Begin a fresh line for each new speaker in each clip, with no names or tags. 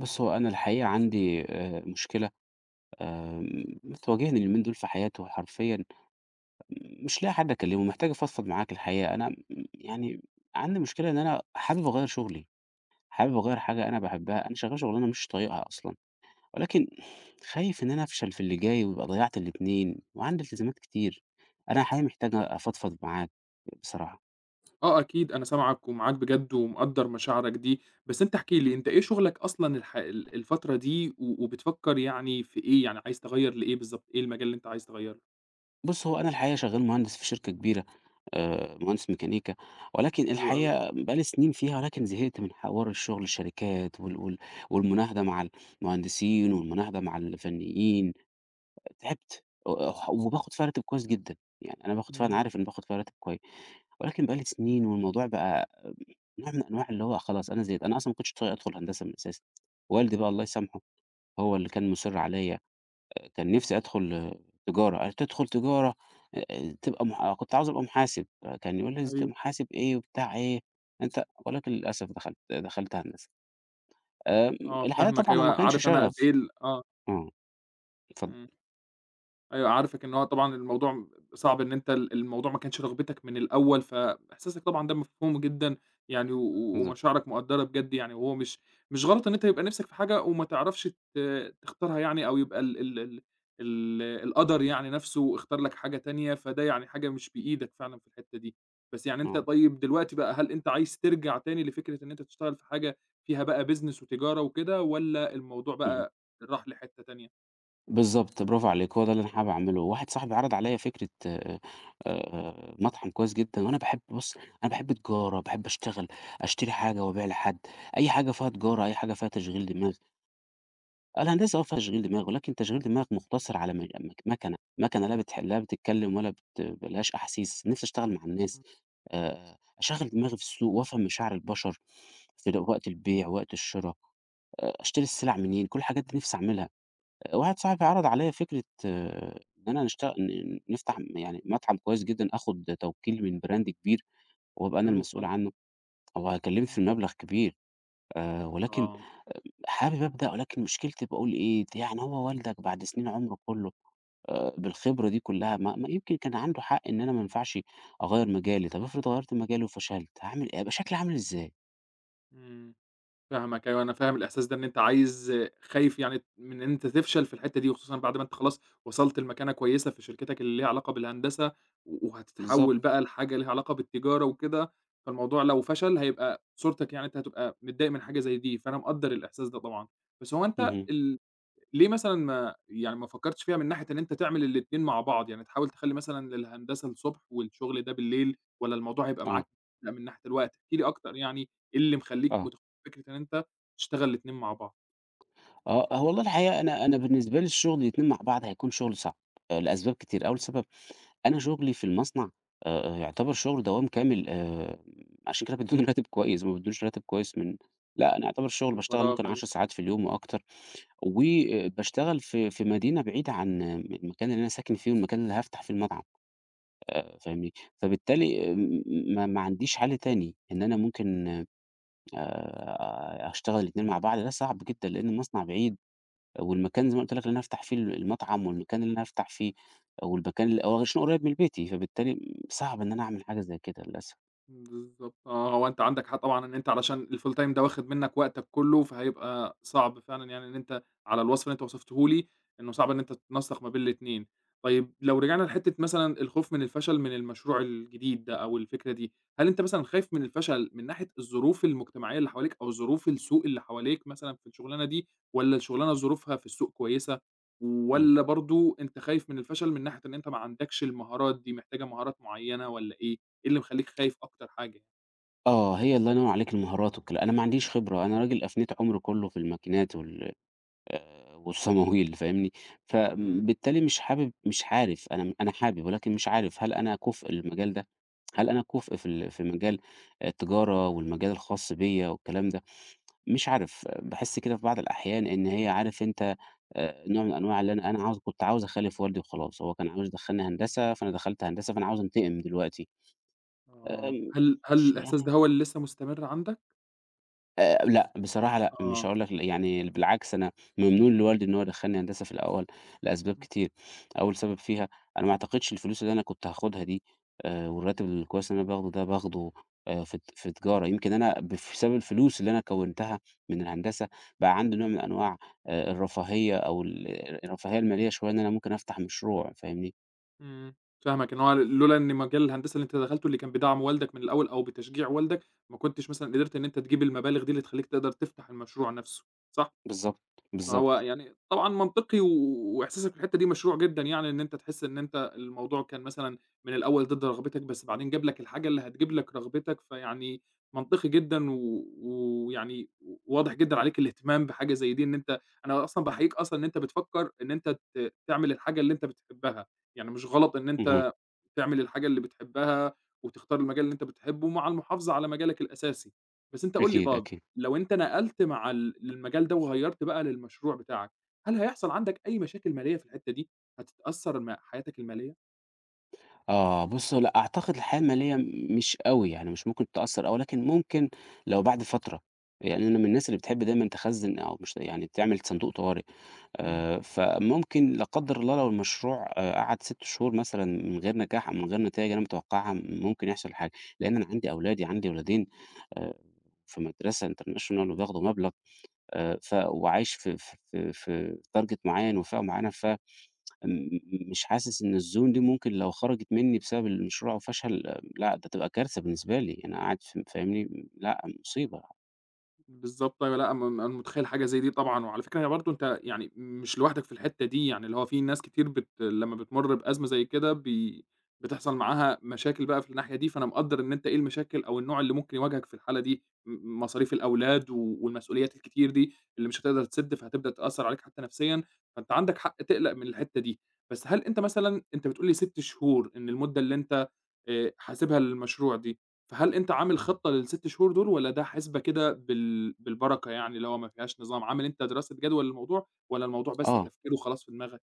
بُص، هو أنا الحقيقة عندي مشكلة بتواجهني اليومين دول في حياتي وحرفيًا مش لاقي حد أكلّمه، محتاج أفضفض معاك الحقيقة. أنا يعني عندي مشكلة إن أنا حابب أغيّر شغلي، حابب أغيّر حاجة أنا باحبها، أنا شغّال شغلانة مش طايقها أصلًا، ولكن خايف إن أنا أفشل في اللي جاي ويبقى ضيّعت الاتنين وعندي التزامات كتير. أنا الحقيقة محتاج أفضفض معاك بصراحة.
آه أكيد، أنا سامعك ومعاك بجد ومقدّر مشاعرك دي، بس أنت احكِ لي أنت إيه شغلك أصلًا الح ال الفترة دي و وبتفكّر يعني في إيه، يعني عايز تغيّر لإيه بالضبط، إيه المجال اللي أنت عايز تغيّره؟
بُص، هو أنا الحقيقة شغّال مهندس في شركة كبيرة، مهندس ميكانيكا، ولكن
حلو أوي،
الحقيقة بقى لي سنين فيها، ولكن زهقت من حوار الشغل الشركات وال وال والمناهدة مع المهندسين والمناهدة مع الفنيين، تعبت وباخد فيها راتب كويس جدًا، يعني أنا باخد فيها أنا
إمم،
عارف إني باخد فيها راتب كويس، ولكن بقى لي سنين والموضوع بقى نوع من أنواع اللي هو خلاص أنا زهقت، أنا أصلًا ما كنتش طايق أدخل هندسة من الأساس، والدي بقى الله يسامحه هو اللي كان مُصِر عليَّ، كان نِفْسي أدخُل تجارة، قال: "تدخُل تجارة تبقى مح" آه، كنت عاوز أبقى محاسب، فكان يقول لي: "إز
أيوه،
محاسب إيه وبتاع إيه أنت" ولكن للأسف دخلت هندسة. آمم
آه
الحقيقة
فاهمك،
طبعًا هو ما
أيوه،
كانش
عارف أنا قد إيه
شغف.
ال آه،
آه، اتفضل.
إمم. أيوه، عارفِك إن هو طبعًا الموضوع صعب إن أنت الموضوع ما كانش رغبتك من الأول، فإحساسك طبعًا ده مفهوم جدًا يعني و و-
بالضبط.
ومشاعرك مقدّرة بجد يعني، وهو مش غلط إن أنت يبقى نِفْسك في حاجة وما تعرفش ت تختارها يعني أو يبقى ال ال ال ال القدر يعني نَفْسه اختار لك حاجة تانية، فده يعني حاجة مش بإيدك فعلًا في الحتّة دي. بس يعني أنت
آه.
طيب دلوقتي بقى هل أنت عايز ترجع تاني لفكرة إن أنت تشتغل في حاجة فيها بقى business وتجارة وكده والّا الموضوع
اهم.
بقى راح لحتّة تانية؟
بالضبط، برافو عليك، هو ده اللي أنا حابب أعمله. واحد صاحبي عرض عليّا فكرة، مطعم كويس جدًا وأنا باحب بُص، أنا باحب تجارة، باحب أشتغل، أشتري حاجة وأبيع لحد، أي حاجة فيها تجارة، أي حاجة فيها تشغيل دماغ. الهندسة آه فيها تشغيل دماغ، ولكن تشغيل دماغ مقتصر على مج مك مكنة، مكنة لا بتتكلم ولا ما لهاش أحاسيس، نفسي أشتغل مع الناس،
إمم،
أشغّل دماغي في السوق وأفهم مشاعر البشر في وقت البيع، وقت الشرا، أشتري السلع منين، كل الحاجات دي نفسي أعملها. آه، واحد صاحبي عرض عليّا فكرة آه، إن أنا نشت ن نفتح م يعني مطعم كويس جدًا، آخُد توكيل من براند كبير وأبقى أنا
حلو
المسؤول
خالص.
عنه، هو
إمم.
هيكلّفني مبلغ كبير، ولكن
آه،
حابب أبدأ ولكن مشكلتي باقول إيه، يعني هو والدك بعد سنين عمره كله بالخبرة دي كلّها ما يمكن كان عنده حق إن أنا ما ينفعش أغيّر مجالي، طب افرض غيّرت مجالي وفشلت، هاعمل إيه؟ هيبقى شكلي عامل إزاي؟
إمم، فاهمك أيوه، أنا فاهم الإحساس ده إن أنت خايف يعني من إن أنت تفشل في الحتّة دي، وخصوصًا بعد ما أنت خلاص وصلت لمكانة كويسة في شركتك اللي ليها علاقة بالهندسة، و
بالضبط.
وهتتحول بقى لحاجة ليها علاقة بالتجارة وكده، فالموضوع لو فشل هيبقى صورتك يعني أنت هتبقى متضايق من حاجة زي دي، فأنا مقدّر الإحساس ده طبعًا، بس هو أنت
اهم.
ليه مثلًا ما يعني ما فكّرتش فيها من ناحية إن أنت تعمل الاتنين مع بعض، يعني تحاول تخلّي مثلًا الهندسة الصبح والشغل ده بالليل، والّا الموضوع هيبقى
آه.
معاك لأ من ناحية الوقت؟ احكِ لي أكتر يعني إيه اللي مخلّيك
آه.
فكرة إن أنت تشتغل الاتنين مع بعض؟
آه، هو والله الحقيقة أنا بالنسبة لي الشغل الاتنين مع بعض هيكون شغل صعب، لأسباب كتير، أول سبب أنا شغلي في المصنع يعتبر شغل دوام كامل، عشان كده بيدّوني راتب كويس، ما بيدّونيش راتب كويس من، لأ أنا يعتبر الشغل
من
باشتغل
فراغ،
ممكن 10
أيوه.
ساعات في اليوم وأكتر. وباشتغل في مدينة بعيدة عن المكان اللي أنا ساكن فيه والمكان اللي هافتح فيه المطعم، فاهمني؟ فبالتالي ما عنديش حل تاني إن أنا ممكن أشتغل الاتنين مع بعض، ده صعب جدًا لإن المصنع بعيد والمكان زي ما قُلت لك اللي أنا هافتح فيه ال المطعم والمكان اللي أنا هافتح فيه والمكان ال هو عشان قريب من بيتي، فبالتالي صعب إن أنا أعمل حاجة زي كده للأسف.
بالضبط آه، هو أنت عندك حق طبعًا إن أنت علشان الfull time ده واخد منّك وقتك كلّه، فهيبقى صعب فعلًا يعني إن أنت على الوصف اللي أنت وصفته لي، إنه صعب إن أنت تنسّق ما بين الاتنين. طيب لو رجعنا لحتّة مثلًا الخوف من الفشل من المشروع الجديد ده أو الفكرة دي، هل أنت مثلًا خايف من الفشل من ناحية الظروف المجتمعية اللي حواليك أو ظروف السوق اللي حواليك مثلًا في الشغلانة دي، والّا الشغلانة ظروفها في السوق كويسة،
إمم.
والّا برضه أنت خايف من الفشل من ناحية إن أنت ما عندكش المهارات دي، محتاجة مهارات معيّنة والّا إيه؟ إيه اللي مخلّيك خايف أكتر حاجة يعني؟
آه، هي الله ينور عليك المهارات والكلا أنا ما عنديش خبرة، أنا راجل أفنيت عمري كله في الماكينات والصماميل فاهمني؟
إمم،
فبالتالي مش حابب مش عارف أنا أنا حابب ولكن مش عارف هل أنا كُفء للمجال ده؟ هل أنا كُفء في مجال التجارة والمجال الخاص بيّا والكلام ده؟ مش عارف، باحس كده في بعض الأحيان إن هي عارف أنت، نوع من أنواع اللي أنا عاوز كنت عاوز أخالف والدي وخلاص، هو كان عاوز يدخّلني هندسة، فأنا دخلت هندسة، فأنا عاوز أنتقم دلوقتي.
آه.
آمم،
هل
مش
الإحساس ده
يعني
هو اللي لسه مستمر عندك؟
لأ، بصراحة لأ، مش
آه،
هاقول لك لأ، يعني بالعكس أنا ممنون لوالدي إن هو دخّلني هندسة في الأول لأسباب
إمم،
كتير، أول سبب فيها أنا ما أعتقدش الفلوس اللي أنا كنت هاخدها دي، والراتب الكويس اللي أنا باخده ده باخده في تجارة، يمكن أنا بسبب الفلوس اللي أنا كوّنتها من الهندسة بقى عندي نوع من أنواع الرفاهية أو الرفاهية المالية شوية إن أنا ممكن أفتح مشروع، فاهمني؟
إمم. فاهمك، إن هو لولا إن مجال الهندسة اللي أنت دخلته اللي كان بدعم والدك من الأول أو بتشجيع والدك، ما كنتش مثلًا قدرت إن أنت تجيب المبالغ دي اللي تخلّيك تقدر تفتح المشروع نفسه، صح؟
بالضبط،
فهو
بالضبط.
يعني طبعًا منطقي وإحساسك في الحتّة دي مشروع جدًا يعني إن أنت تحس إن أنت الموضوع كان مثلًا من الأول ضد رغبتك، بس بعدين جاب لك الحاجة اللي هتجيب لك رغبتك، فيعني منطقي جدًا ويعني واضح جدًا عليك الاهتمام بحاجة زي دي، إن أنت أنا أصلًا باحييك أصلًا إن أنت بتفكّر إن أنت تعمل الحاجة اللي أنت بتحبها، يعني مش غلط إن
اهم،
أنت تعمل الحاجة اللي بتحبها، وتختار المجال اللي أنت بتحبه مع المحافظة على مجالك الأساسي. بس أنت قُل لي
أكيد،
طَب
أكيد.
لو أنت نقلت مع للمجال ده وغيّرت بقى للمشروع بتاعك، هل هيحصل عندك أي مشاكل مالية في الحتّة دي؟ هتتأثّر حياتك المالية؟
آه، بُص هو لأ، أعتقد الحياة المالية مش أوي، يعني مش ممكن تأثّر أوي، لكن ممكن لو بعد فترة، يعني أنا من الناس اللي بتحب دايمًا تخزّن أو مش يعني تعمل صندوق طوارئ،
إمم.
فممكن لا قدّر الله لو المشروع قعد 6 شهور مثلًا من غير نجاح أو من غير نتايج أنا متوقعها ممكن يحصل حاجة، لإن أنا عندي أولادي، عندي ولادين آآ، في مدرسة international وبياخدوا مبلغ، ف وعايش في target معين وفئة معينة ف م م مش حاسس إن الzone دي ممكن لو خرجت منّي بسبب المشروع أو فشل، آه، لأ ده تبقى كارثة بالنسبة لي، أنا قاعد فاهمني، لأ مصيبة.
بالضبط أيوه، لأ أنا أنا متخيّل حاجة زي دي طبعًا، وعلى فكرة هي برضه أنت يعني مش لوحدك في الحتّة دي، يعني اللي هو في ناس كتير لمّا بتمُر بأزمة زي كده بتحصل معاها مشاكل بقى في الناحية دي، فأنا مقدّر إن أنت إيه المشاكل أو النوع اللي ممكن يواجهك في الحالة دي، مصاريف الأولاد والمسؤوليات الكتير دي اللي مش هتقدر تسِد، فهتبدأ تأثّر عليك حتّى نفسيًا، فأنت عندك حق تقلق من الحتّة دي، بس هل أنت مثلًا أنت بتقول لي 6 شهور إن المدة اللي أنت حاسبها للمشروع دي. فهل أنت عامل خطة لل6 شهور دول والّا ده حسبة كده بالبركة يعني اللي هو ما فيهاش نظام، عامل أنت دراسة جدوى للموضوع والّا الموضوع بس
آه،
تفكيره خلاص في دماغك؟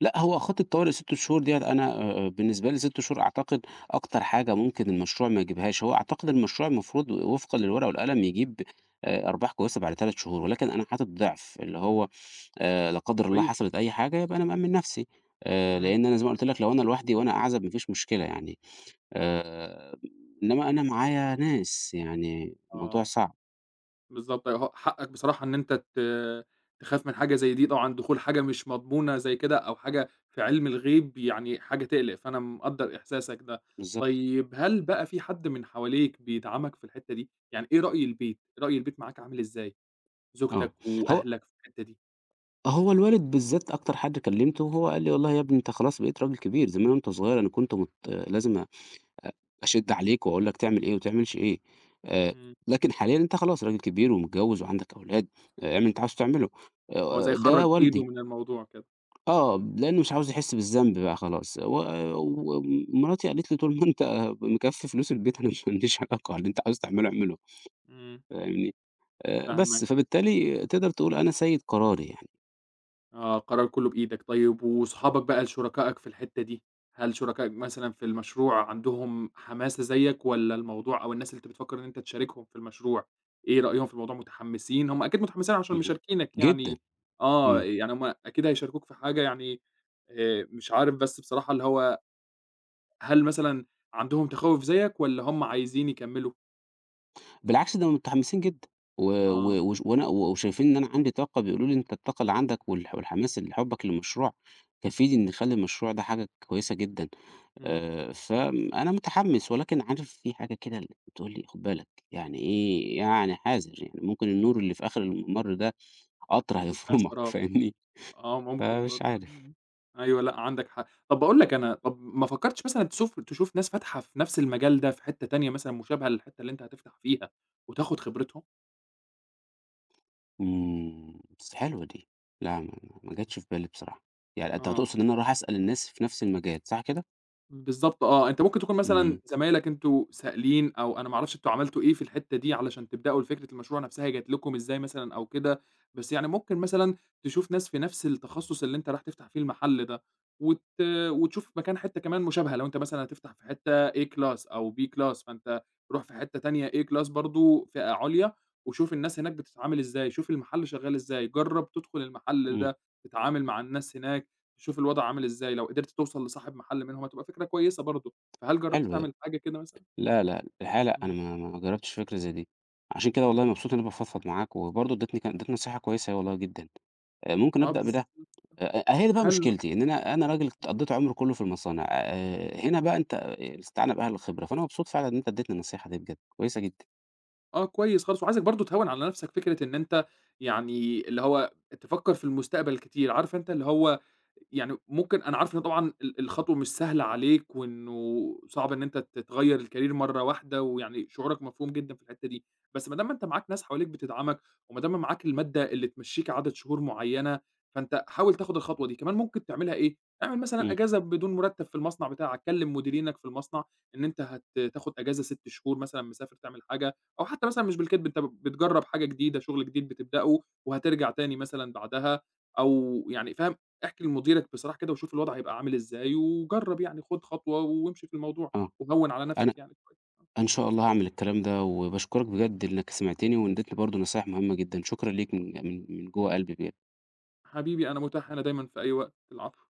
لأ هو خطة طوارئ 6 شهور ديّة أنا، بالنسبة لي 6 شهور أعتقد أكتر حاجة ممكن المشروع ما يجيبهاش، هو أعتقد المشروع المفروض وفقًا للورقة والقلم يجيب أرباح كويسة بعد 3 شهور، ولكن أنا حاطط ضِعف، اللي هو لا قدر الله
كويس،
حصلت أي حاجة يبقى أنا مأمِّن نفسي،
إمم،
لإن أنا زي ما قُلت لك لو أنا لوحدي وأنا أعزب ما فيش مشكلة يعني. آآ، إنما أنا معايا ناس، يعني الموضوع
آه،
صعب،
بالضبط أيوه حقك بصراحة إن أنت تخاف من حاجة زي دي طبعًا دخول حاجة مش مضمونة زي كده أو حاجة في علم الغيب يعني حاجة تقلق، فأنا مقدّر إحساسك ده.
بالضبط،
طيب هل بقى في حد من حواليك بيدعمك في الحتة دي؟ يعني إيه رأي البيت؟ رأي البيت معاك عامل إزاي؟
آه.
زوجتك
هو
وأهلك في الحتة دي؟
هو الوالد بالذات أكتر حد كلّمته، وهو قال لي: "والله يا ابني أنت خلاص بقيت راجل كبير، زمان وأنت صغير أنا كنت آه، لازم أشِد عليك وأقول لك تعمل إيه وما تعملش إيه، آآ،
إمم.
لكن حاليًا أنت خلاص راجل كبير ومتجوّز وعندك أولاد، آه اعمل اللي أنت عاوز تعمله."
هو زي خرّج
ده
إيده
والدي،
من الموضوع كده،
آه، لإنه مش عاوز يحس بالذنب بقى خلاص، ومراتي قالت لي: "طول ما أنت مكفّي فلوس البيت أنا ما عنديش علاقة، اللي أنت عاوز تعمله اعمله."
إمم،
فاهمني؟ بس،
فاهمك،
فبالتالي تقدر تقول أنا سيد قراري يعني،
آه، القرار كلّه بإيدك، طيب وصحابك بقى شركائك في الحتّة دي، هل شركائك مثلًا في المشروع عندهم حماسة زيّك والّا الموضوع أو الناس اللي أنت بتفكّر إن أنت تشاركهم في المشروع، إيه رأيهم في الموضوع متحمّسين؟ هم أكيد متحمّسين عشان
اهم،
مشاركينك
جدًا،
يعني آه،
إمم،
يعني هم أكيد هيشاركوك في حاجة يعني مش عارف بس بصراحة اللي هو هل مثلًا عندهم تخوّف زيّك والّا هم عايزين يكمّلوا؟
بالعكس ده هم متحمسين جدًا، و
آه،
و وش وأنا وشايفين إن أنا عندي طاقة، بيقولوا لي: "أنت الطاقة اللي عندك والحماس اللي حُبّك للمشروع كفيل إن يخلّي المشروع ده حاجة كويسة جدًا."
إمم،
فأنا متحمس، ولكن عارف في حاجة كده ال بتقول لي: "خُد بالك." يعني إيه، يعني حاذر، يعني ممكن النور اللي في آخر الممر ده قطر
يبقى
هيفرمك،
سراب.
فاهمني؟
آه، ممكن
فمش
برضه
عارف.
إمم. أيوه، لأ عندك حق. طب باقول لك أنا طب ما فكّرتش مثلًا تشوف ناس فاتحة في نفس المجال ده في حتّة تانية مثلًا مشابهة للحتّة اللي أنت هتفتح فيها وتاخُد خبرتهم؟
إمم، بس حلوة دي، لا ما جاتش في بالي بصراحة، يعني أنت
آه.
هتقصد إن أنا أروح أسأل الناس في نفس المجال صح كده؟
بالضبط آه، أنت ممكن تكون مثلًا
إمم،
زمايلك أنتم سائلين أو أنا ما أعرفش أنتم عملتوا إيه في الحتّة دي علشان تبدأوا لفكرة المشروع نفسها هي جات لكم إزاي مثلًا أو كده، بس يعني ممكن مثلًا تشوف ناس في نفس التخصُّص اللي أنت رايح تفتح فيه المحل ده، وت وتشوف مكان حتّة كمان مشابهة لو أنت مثلًا هتفتح في حتّة A class أو B class فأنت روح في حتّة تانية A class برضه فئة عُليا، وشوف الناس هناك بتتعامل إزاي، شوف المحل شغّال إزاي، جرّب تدخل المحل
إمم،
ده، تتعامل مع الناس هناك. تشوف الوضع عامل إزاي، لو قدرت توصل لصاحب محل منهم هتبقى فكرة كويسة برضه، فهل جرّبت
حلو ده،
تعمل حاجة كده مثلًا؟
لا، لا، الحقيقة لأ، أنا
إمم،
ما جربتش فكرة زي دي، عشان كده والله مبسوط إن أنا بافضفض معاك، وبرضه اديتني نصيحة كويسة والله جدًا، ممكن
آه
أبدأ بده،
بالضبط،
أ هي دي بقى
حلو،
مشكلتي، إن أنا راجل قضيت عمري كله في المصانع، هنا بقى أنت الاستعانة بأهل الخبرة، فأنا مبسوط فعلًا إن أنت اديتني النصيحة دي بجد، كويسة جدًا،
آه كويس خالص، وعايزك برضه تهوّن على نَفْسك فكرة إن أنت يعني اللي هو تفكّر في المستقبل كتير، عارف أنت اللي هو يعني ممكن أنا عارف إن طبعًا الخطوة مش سهلة عليك، وإنه صعب إن أنت تغيّر الcareer مرّة واحدة، ويعني شعورك مفهوم جدًا في الحتّة دي، بس ما دام ما أنت معاك ناس حواليك بتدعمك، وما دام معاك المادة اللي تمشّيك عدد شهور معيّنة، فأنت حاول تاخد الخطوة دي، كمان ممكن تعملها إيه، اعمل مثلًا
إمم،
أجازة بدون مرتب في المصنع بتاعك، كلم مديرينك في المصنع إن أنت تاخد أجازة 6 شهور مثلًا مسافر تعمل حاجة، أو حتى مثلًا مش بالكدب أنت بتجرّب حاجة جديدة، شغل جديد بتبدأه وهترجع تاني مثلًا بعدها، أو يعني فاهم؟ احكِ لمديرك بصراحة كده وشوف الوضع هيبقى عامل إزاي، وجرّب يعني خُد خطوة وامشي في الموضوع،
آه،
وهوّن على نفْسك
أنا
يعني شوية.
إن شاء الله هاعمل الكلام ده، وباشكرك بجد إنك سمعتني واديتني برضه نصايح مهمة جدًا، شكرًا ليك من جوّه قلبي بجد.
حبيبي أنا متاح هنا دايمًا في أي وقت، العفو.